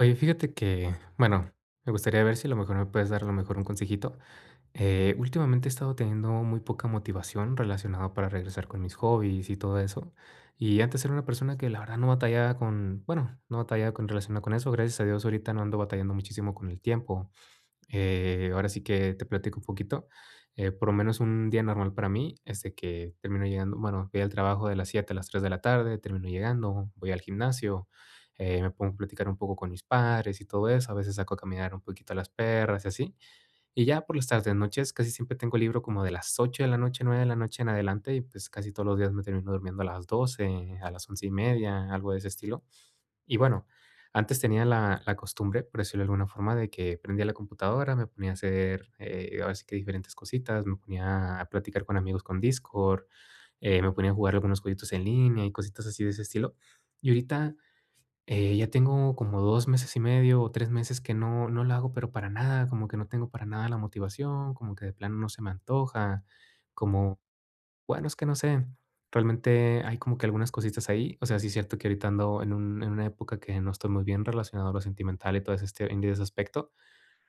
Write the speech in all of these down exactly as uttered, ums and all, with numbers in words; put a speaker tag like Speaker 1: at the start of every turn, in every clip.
Speaker 1: Oye, fíjate que, bueno, me gustaría ver si a lo mejor me puedes dar a lo mejor un consejito. Eh, últimamente he estado teniendo muy poca motivación relacionada para regresar con mis hobbies y todo eso. Y antes era una persona que la verdad no batallaba con, bueno, no batallaba con relacionado con eso. Gracias a Dios ahorita no ando batallando muchísimo con el tiempo. Eh, ahora sí que te platico un poquito. Eh, por lo menos un día normal para mí es de que termino llegando, bueno, voy al trabajo de las siete a las tres de la tarde, termino llegando, voy al gimnasio. Eh, me pongo a platicar un poco con mis padres y todo eso, a veces saco a caminar un poquito a las perras y así. Y ya por las tardes, noches, casi siempre tengo libro como de las ocho de la noche, nueve de la noche en adelante y pues casi todos los días me termino durmiendo a las doce a las once y media, algo de ese estilo. Y bueno, antes tenía la, la costumbre, por decirlo de alguna forma, de que prendía la computadora, me ponía a hacer, eh, ahora sí que diferentes cositas, me ponía a platicar con amigos con Discord. Eh, me ponía a jugar algunos jueguitos en línea y cositas así de ese estilo. Y ahorita eh, ya tengo como dos meses y medio o tres meses que no, no lo hago, pero para nada, como que no tengo para nada la motivación, como que de plano no se me antoja, como bueno, es que no sé, realmente hay como que algunas cositas ahí. O sea, sí es cierto que ahorita ando en un en una época que no estoy muy bien relacionado a lo sentimental y todo ese este en ese aspecto,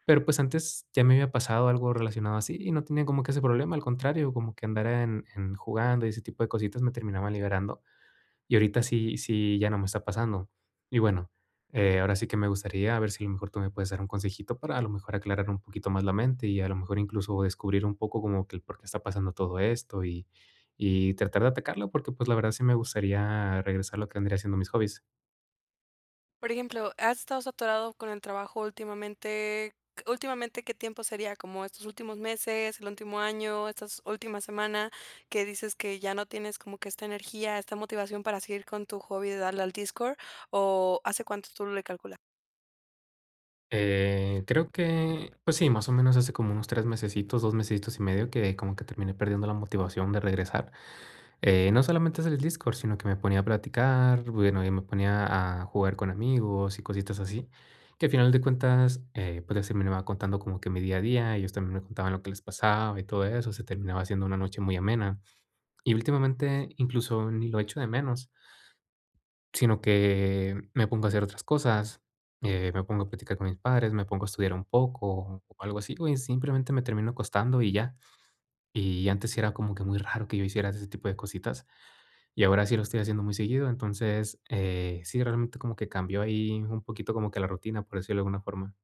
Speaker 1: pero, pues, antes ya me había pasado algo relacionado así y no tenía como que ese problema, al contrario, como que andar en en jugando y ese tipo de cositas me terminaban liberando. Y ahorita sí, sí ya no me está pasando. Y bueno, eh, ahora sí que me gustaría a ver si a lo mejor tú me puedes dar un consejito para a lo mejor aclarar un poquito más la mente y a lo mejor incluso descubrir un poco como que el por qué está pasando todo esto y y tratar de atacarlo porque, pues, la verdad sí me gustaría regresar a lo que vendría siendo mis hobbies.
Speaker 2: Por ejemplo, ¿has estado saturado con el trabajo últimamente? Últimamente, ¿qué tiempo sería? ¿Como estos últimos meses, el último año, estas últimas semana que dices que ya no tienes como que esta energía, esta motivación para seguir con tu hobby de darle al Discord? ¿O hace cuánto tú le calculas?
Speaker 1: Eh, creo que, pues sí, más o menos hace como unos tres mesecitos, dos mesecitos y medio que como que terminé perdiendo la motivación de regresar. Eh, no solamente es el Discord, sino que me ponía a platicar, bueno, y me ponía a jugar con amigos y cositas así, que al final de cuentas, eh, pues así me iba contando como que mi día a día, ellos también me contaban lo que les pasaba y todo eso, se terminaba haciendo una noche muy amena. Y últimamente incluso ni lo echo de menos. Sino que me pongo a hacer otras cosas. Eh, me pongo a platicar con mis padres, me pongo a estudiar un poco o algo así, güey, simplemente me termino acostando y ya. Y antes sí era como que muy raro que yo hiciera ese tipo de cositas, y ahora sí lo estoy haciendo muy seguido. Entonces, eh, sí, realmente como que cambió ahí un poquito como que la rutina, por decirlo de alguna forma.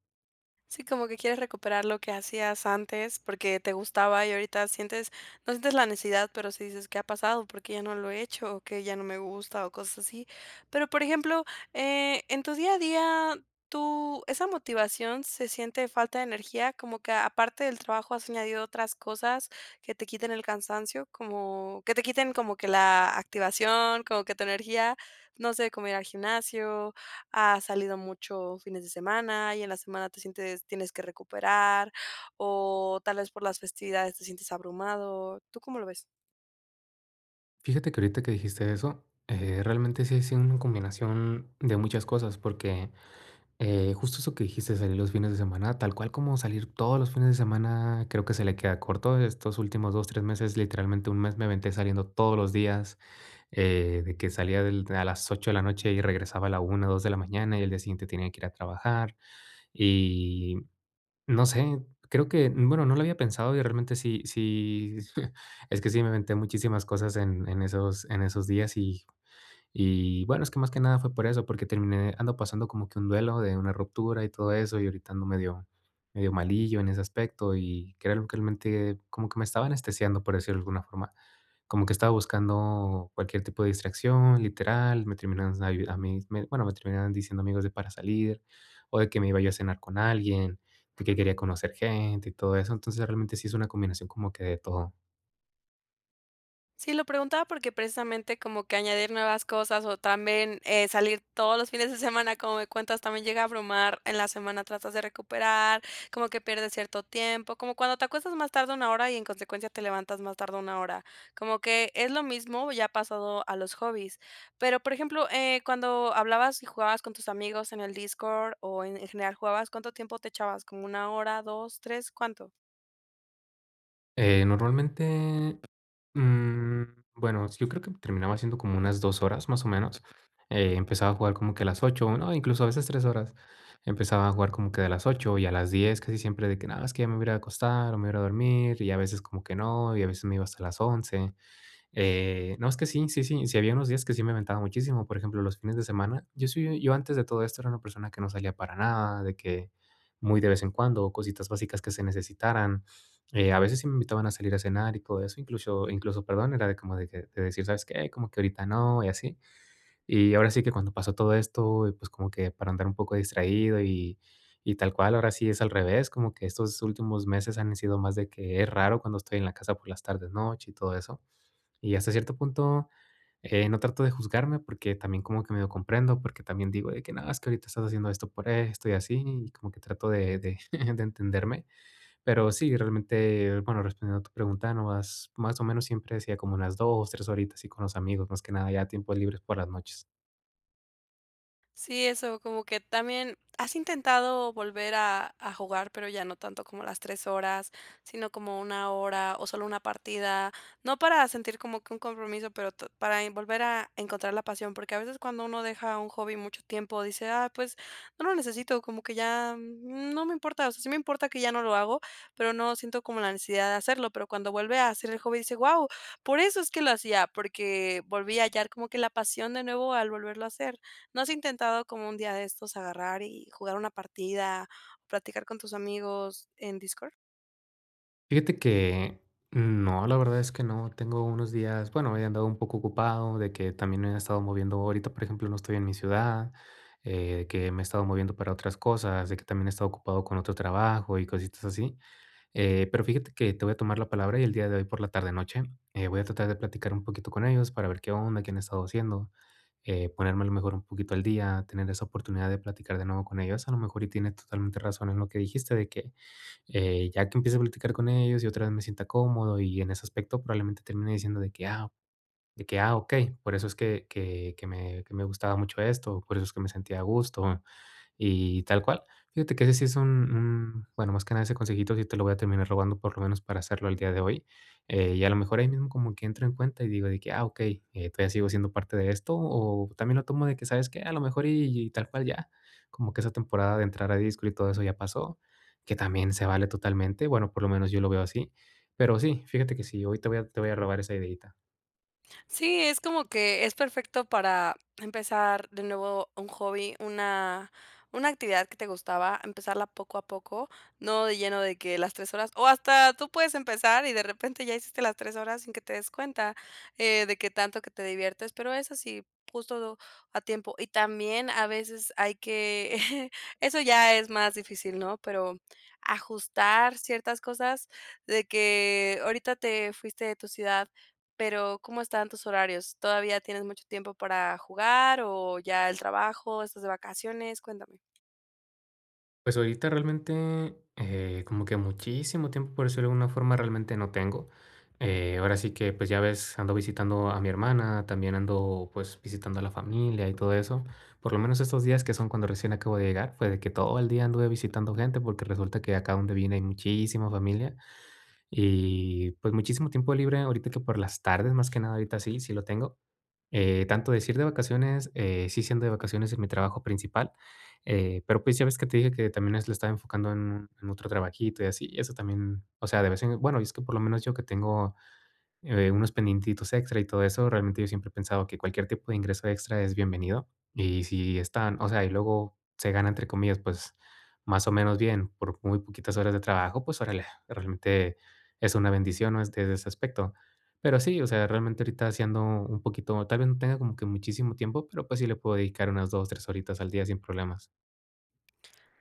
Speaker 2: Sí, como que quieres recuperar lo que hacías antes porque te gustaba y ahorita sientes, no sientes la necesidad, pero sí dices, ¿qué ha pasado porque ya no lo he hecho? ¿O que ya no me gusta? O cosas así. Pero, por ejemplo, eh, en tu día a día, ¿tú esa motivación se siente falta de energía? Como que aparte del trabajo has añadido otras cosas que te quiten el cansancio, como que te quiten como que la activación, como que tu energía, no sé, como ir al gimnasio ha salido mucho fines de semana y en la semana te sientes, tienes que recuperar o tal vez por las festividades te sientes abrumado. ¿Tú cómo lo ves?
Speaker 1: Fíjate que ahorita que dijiste eso, eh, realmente sí es una combinación de muchas cosas, porque Eh, justo eso que dijiste, salir los fines de semana, tal cual como salir todos los fines de semana, creo que se le queda corto. Estos últimos dos tres meses, literalmente un mes me aventé saliendo todos los días. Eh, de que salía del- a las ocho de la noche y regresaba a la una dos de la mañana y el día siguiente tenía que ir a trabajar. Y no sé, creo que, bueno, no lo había pensado y realmente sí, sí, es que sí me aventé muchísimas cosas en, en esos, en esos días y y bueno, es que más que nada fue por eso, porque terminé ando pasando como que un duelo de una ruptura y todo eso, y ahorita ando medio medio malillo en ese aspecto, y que era algo que realmente como que me estaba anestesiando, por decirlo de alguna forma. Como que estaba buscando cualquier tipo de distracción, literal, me terminaban ayu a mí me bueno, me terminaban diciendo amigos de para salir, o de que me iba yo a cenar con alguien, de que quería conocer gente y todo eso. Entonces, realmente sí es una combinación como que de todo.
Speaker 2: Sí, lo preguntaba porque precisamente como que añadir nuevas cosas o también, eh, salir todos los fines de semana, como me cuentas, también llega a abrumar, en la semana tratas de recuperar, como que pierdes cierto tiempo, como cuando te acuestas más tarde una hora y en consecuencia te levantas más tarde una hora, como que es lo mismo ya pasado a los hobbies. Pero, por ejemplo, eh, cuando hablabas y jugabas con tus amigos en el Discord o en en general jugabas, ¿cuánto tiempo te echabas? ¿Como una hora, dos tres? ¿Cuánto?
Speaker 1: Eh, normalmente, Mm, bueno, yo creo que terminaba siendo como unas dos horas, más o menos. Eh, empezaba a jugar como que a las ocho, no, incluso a veces tres horas. Empezaba a jugar como que de las ocho y a las diez, casi siempre de que, nada, es que ya me voy a ir a acostar o me voy a ir a dormir y a veces como que no, y a veces me iba hasta las once. Eh, no, es que sí, sí, sí, sí había unos días que sí me aventaba muchísimo, por ejemplo, los fines de semana. Yo soy yo antes de todo esto era una persona que no salía para nada, de que muy de vez en cuando, cositas básicas que se necesitaran. Eh, a veces sí me invitaban a salir a cenar y todo eso, incluso incluso, perdón, era de como de que de decir: "¿Sabes qué? Como que ahorita no", y así. Y ahora sí que cuando pasó todo esto, eh, pues, como que para andar un poco distraído y y tal cual, ahora sí es al revés, como que estos últimos meses han sido más de que es raro cuando estoy en la casa por las tardes, noche y todo eso. Y hasta cierto punto, eh, no trato de juzgarme porque también como que medio comprendo, porque también digo de que no, es que ahorita estás haciendo esto por esto y así, y como que trato de, de, de entenderme. Pero sí, realmente, bueno, respondiendo a tu pregunta, no más, más o menos siempre decía como unas dos, tres horitas y con los amigos, más que nada ya tiempos libres por las noches.
Speaker 2: Sí, eso, como que también has intentado volver a, a jugar, pero ya no tanto como las tres horas, sino como una hora o solo una partida, no para sentir como que un compromiso, pero t- para en- volver a encontrar la pasión, porque a veces cuando uno deja un hobby mucho tiempo, dice, ah, pues no lo necesito, como que ya mm, no me importa, o sea, sí me importa que ya no lo hago, pero no siento como la necesidad de hacerlo, pero cuando vuelve a hacer el hobby, dice, wow, por eso es que lo hacía, porque volví a hallar como que la pasión de nuevo al volverlo a hacer. ¿No has intentado como un día de estos agarrar y jugar una partida, o platicar con tus amigos en Discord?
Speaker 1: Fíjate que no, la verdad es que no. Tengo unos días, bueno, he andado un poco ocupado, de que también me he estado moviendo. Ahorita, por ejemplo, no estoy en mi ciudad, eh, que me he estado moviendo para otras cosas, de que también he estado ocupado con otro trabajo y cositas así. Eh, pero fíjate que te voy a tomar la palabra y el día de hoy por la tarde noche eh, voy a tratar de platicar un poquito con ellos para ver qué onda, qué han estado haciendo, eh, ponerme a lo mejor un poquito al día, tener esa oportunidad de platicar de nuevo con ellos. A lo mejor y tienes totalmente razón en lo que dijiste de que eh, ya que empiece a platicar con ellos y otra vez me sienta cómodo y en ese aspecto probablemente termine diciendo de que, ah, de que, ah, ok, por eso es que, que, que me, que me gustaba mucho esto, por eso es que me sentía a gusto, y tal cual. Fíjate que ese sí es un un bueno, más que nada ese consejito sí te lo voy a terminar robando, por lo menos para hacerlo al día de hoy. Eh, y a lo mejor ahí mismo como que entro en cuenta y digo de que: "Ah, okey, eh, todavía sigo siendo parte de esto", o también lo tomo de que, ¿sabes qué? A lo mejor y y tal cual ya, como que esa temporada de entrar a disco y todo eso ya pasó, que también se vale totalmente, bueno, por lo menos yo lo veo así. Pero sí, fíjate que sí, hoy te voy a te voy a robar esa ideita.
Speaker 2: Sí, es como que es perfecto para empezar de nuevo un hobby, una una actividad que te gustaba, empezarla poco a poco, no de lleno de que las tres horas o hasta tú puedes empezar y de repente ya hiciste las tres horas sin que te des cuenta, eh, de que tanto que te diviertes, pero es así, justo a tiempo. Y también a veces hay que eso ya es más difícil, ¿no? Pero ajustar ciertas cosas de que ahorita te fuiste de tu ciudad pero, ¿cómo están tus horarios? ¿Todavía tienes mucho tiempo para jugar o ya el trabajo, estás de vacaciones? Cuéntame.
Speaker 1: Pues ahorita realmente, eh, como que muchísimo tiempo, por decirlo de alguna forma, realmente no tengo. Eh, ahora sí que, pues ya ves, ando visitando a mi hermana, también ando pues visitando a la familia y todo eso. Por lo menos estos días que son cuando recién acabo de llegar, fue de que todo el día anduve visitando gente porque resulta que acá donde vine hay muchísima familia. Y pues muchísimo tiempo libre ahorita que por las tardes, más que nada ahorita sí, sí lo tengo. Eh, tanto decir de vacaciones, eh, sí siendo de vacaciones en mi trabajo principal. Eh, pero pues ya ves que te dije que también es- lo estaba enfocando en, en otro trabajito y así, y eso también, o sea, de vez en, bueno, y es que por lo menos yo que tengo eh, unos pendientitos extra y todo eso, realmente yo siempre he pensado que cualquier tipo de ingreso extra es bienvenido. Y si están, o sea, y luego se gana, entre comillas, pues más o menos bien por muy poquitas horas de trabajo, pues órale, realmente es una bendición, ¿no? Es desde ese aspecto. Pero sí, o sea, realmente ahorita haciendo un poquito, tal vez no tenga como que muchísimo tiempo, pero pues sí le puedo dedicar unas dos, tres horitas al día sin problemas.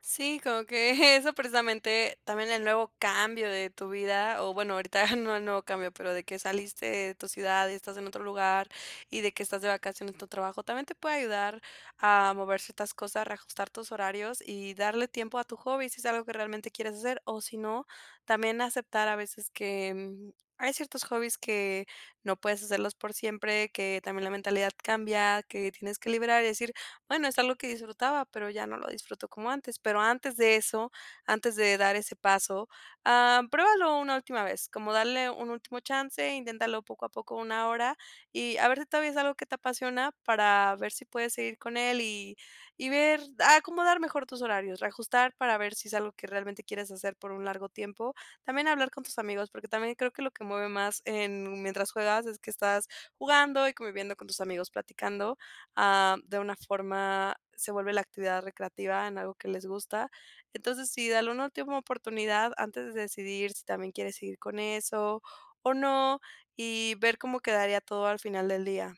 Speaker 2: Sí, como que eso precisamente también el nuevo cambio de tu vida, o bueno, ahorita no el nuevo cambio, pero de que saliste de tu ciudad y estás en otro lugar y de que estás de vacaciones en tu trabajo, también te puede ayudar a mover ciertas cosas, reajustar tus horarios y darle tiempo a tu hobby si es algo que realmente quieres hacer, o si no, también aceptar a veces que mm, hay ciertos hobbies que no puedes hacerlos por siempre, que también la mentalidad cambia, que tienes que liberar y decir, bueno, es algo que disfrutaba, pero ya no lo disfruto como antes. Pero antes de eso, antes de dar ese paso, ah, pruébalo una última vez, como darle un último chance, inténtalo poco a poco, una hora, y a ver si todavía es algo que te apasiona para ver si puedes seguir con él y, y ver, acomodar mejor tus horarios, reajustar para ver si es algo que realmente quieres hacer por un largo tiempo. También hablar con tus amigos, porque también creo que lo que mueve más en mientras juegas es que estás jugando y conviviendo con tus amigos, platicando, ah, de una forma se vuelve la actividad recreativa en algo que les gusta. Entonces, sí, dale una última oportunidad antes de decidir si también quieres seguir con eso o no y ver cómo quedaría todo al final del día.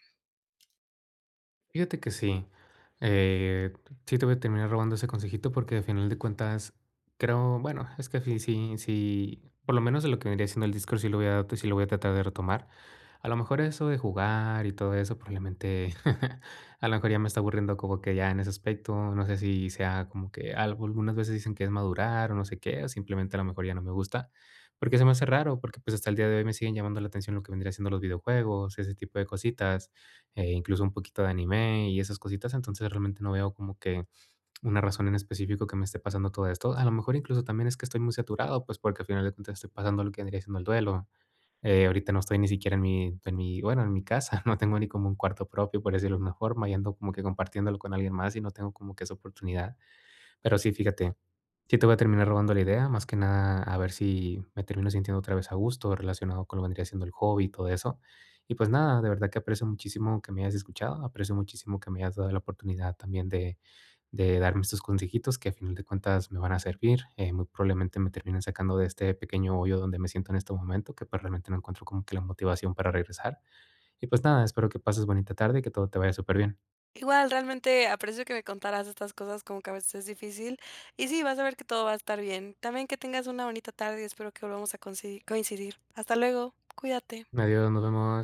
Speaker 1: Fíjate que sí. Eh, sí te voy a terminar robando ese consejito porque al final de cuentas creo, bueno, es que sí, sí, sí, por lo menos de lo que vendría siendo el Discord sí lo voy a, sí lo voy a tratar de retomar. A lo mejor eso de jugar y todo eso probablemente, a lo mejor ya me está aburriendo como que ya en ese aspecto, no sé si sea como que algo, algunas veces dicen que es madurar o no sé qué, o simplemente a lo mejor ya no me gusta, porque se me hace raro, porque pues hasta el día de hoy me siguen llamando la atención lo que vendría siendo los videojuegos, ese tipo de cositas. Eh, incluso un poquito de anime y esas cositas, entonces realmente no veo como que una razón en específico que me esté pasando todo esto. A lo mejor incluso también es que estoy muy saturado, pues porque al final de cuentas estoy pasando lo que vendría siendo el duelo. Eh, ahorita no estoy ni siquiera en mi, en mi, bueno, en mi casa, no tengo ni como un cuarto propio, por decirlo de una forma, y ando como que compartiéndolo con alguien más y no tengo como que esa oportunidad. Pero sí, fíjate. Sí, te voy a terminar robando la idea, más que nada a ver si me termino sintiendo otra vez a gusto relacionado con lo que vendría siendo el hobby y todo eso. Y pues nada, de verdad que aprecio muchísimo que me hayas escuchado, aprecio muchísimo que me hayas dado la oportunidad también de, de darme estos consejitos que a final de cuentas me van a servir. Eh, muy probablemente me terminen sacando de este pequeño hoyo donde me siento en este momento, que pues realmente no encuentro como que la motivación para regresar. Y pues nada, espero que pases bonita tarde y que todo te vaya súper bien.
Speaker 2: Igual, realmente aprecio que me contaras estas cosas, como que a veces es difícil. Y sí, vas a ver que todo va a estar bien. También que tengas una bonita tarde y espero que volvamos a conci- coincidir. Hasta luego, cuídate.
Speaker 1: Adiós, nos vemos.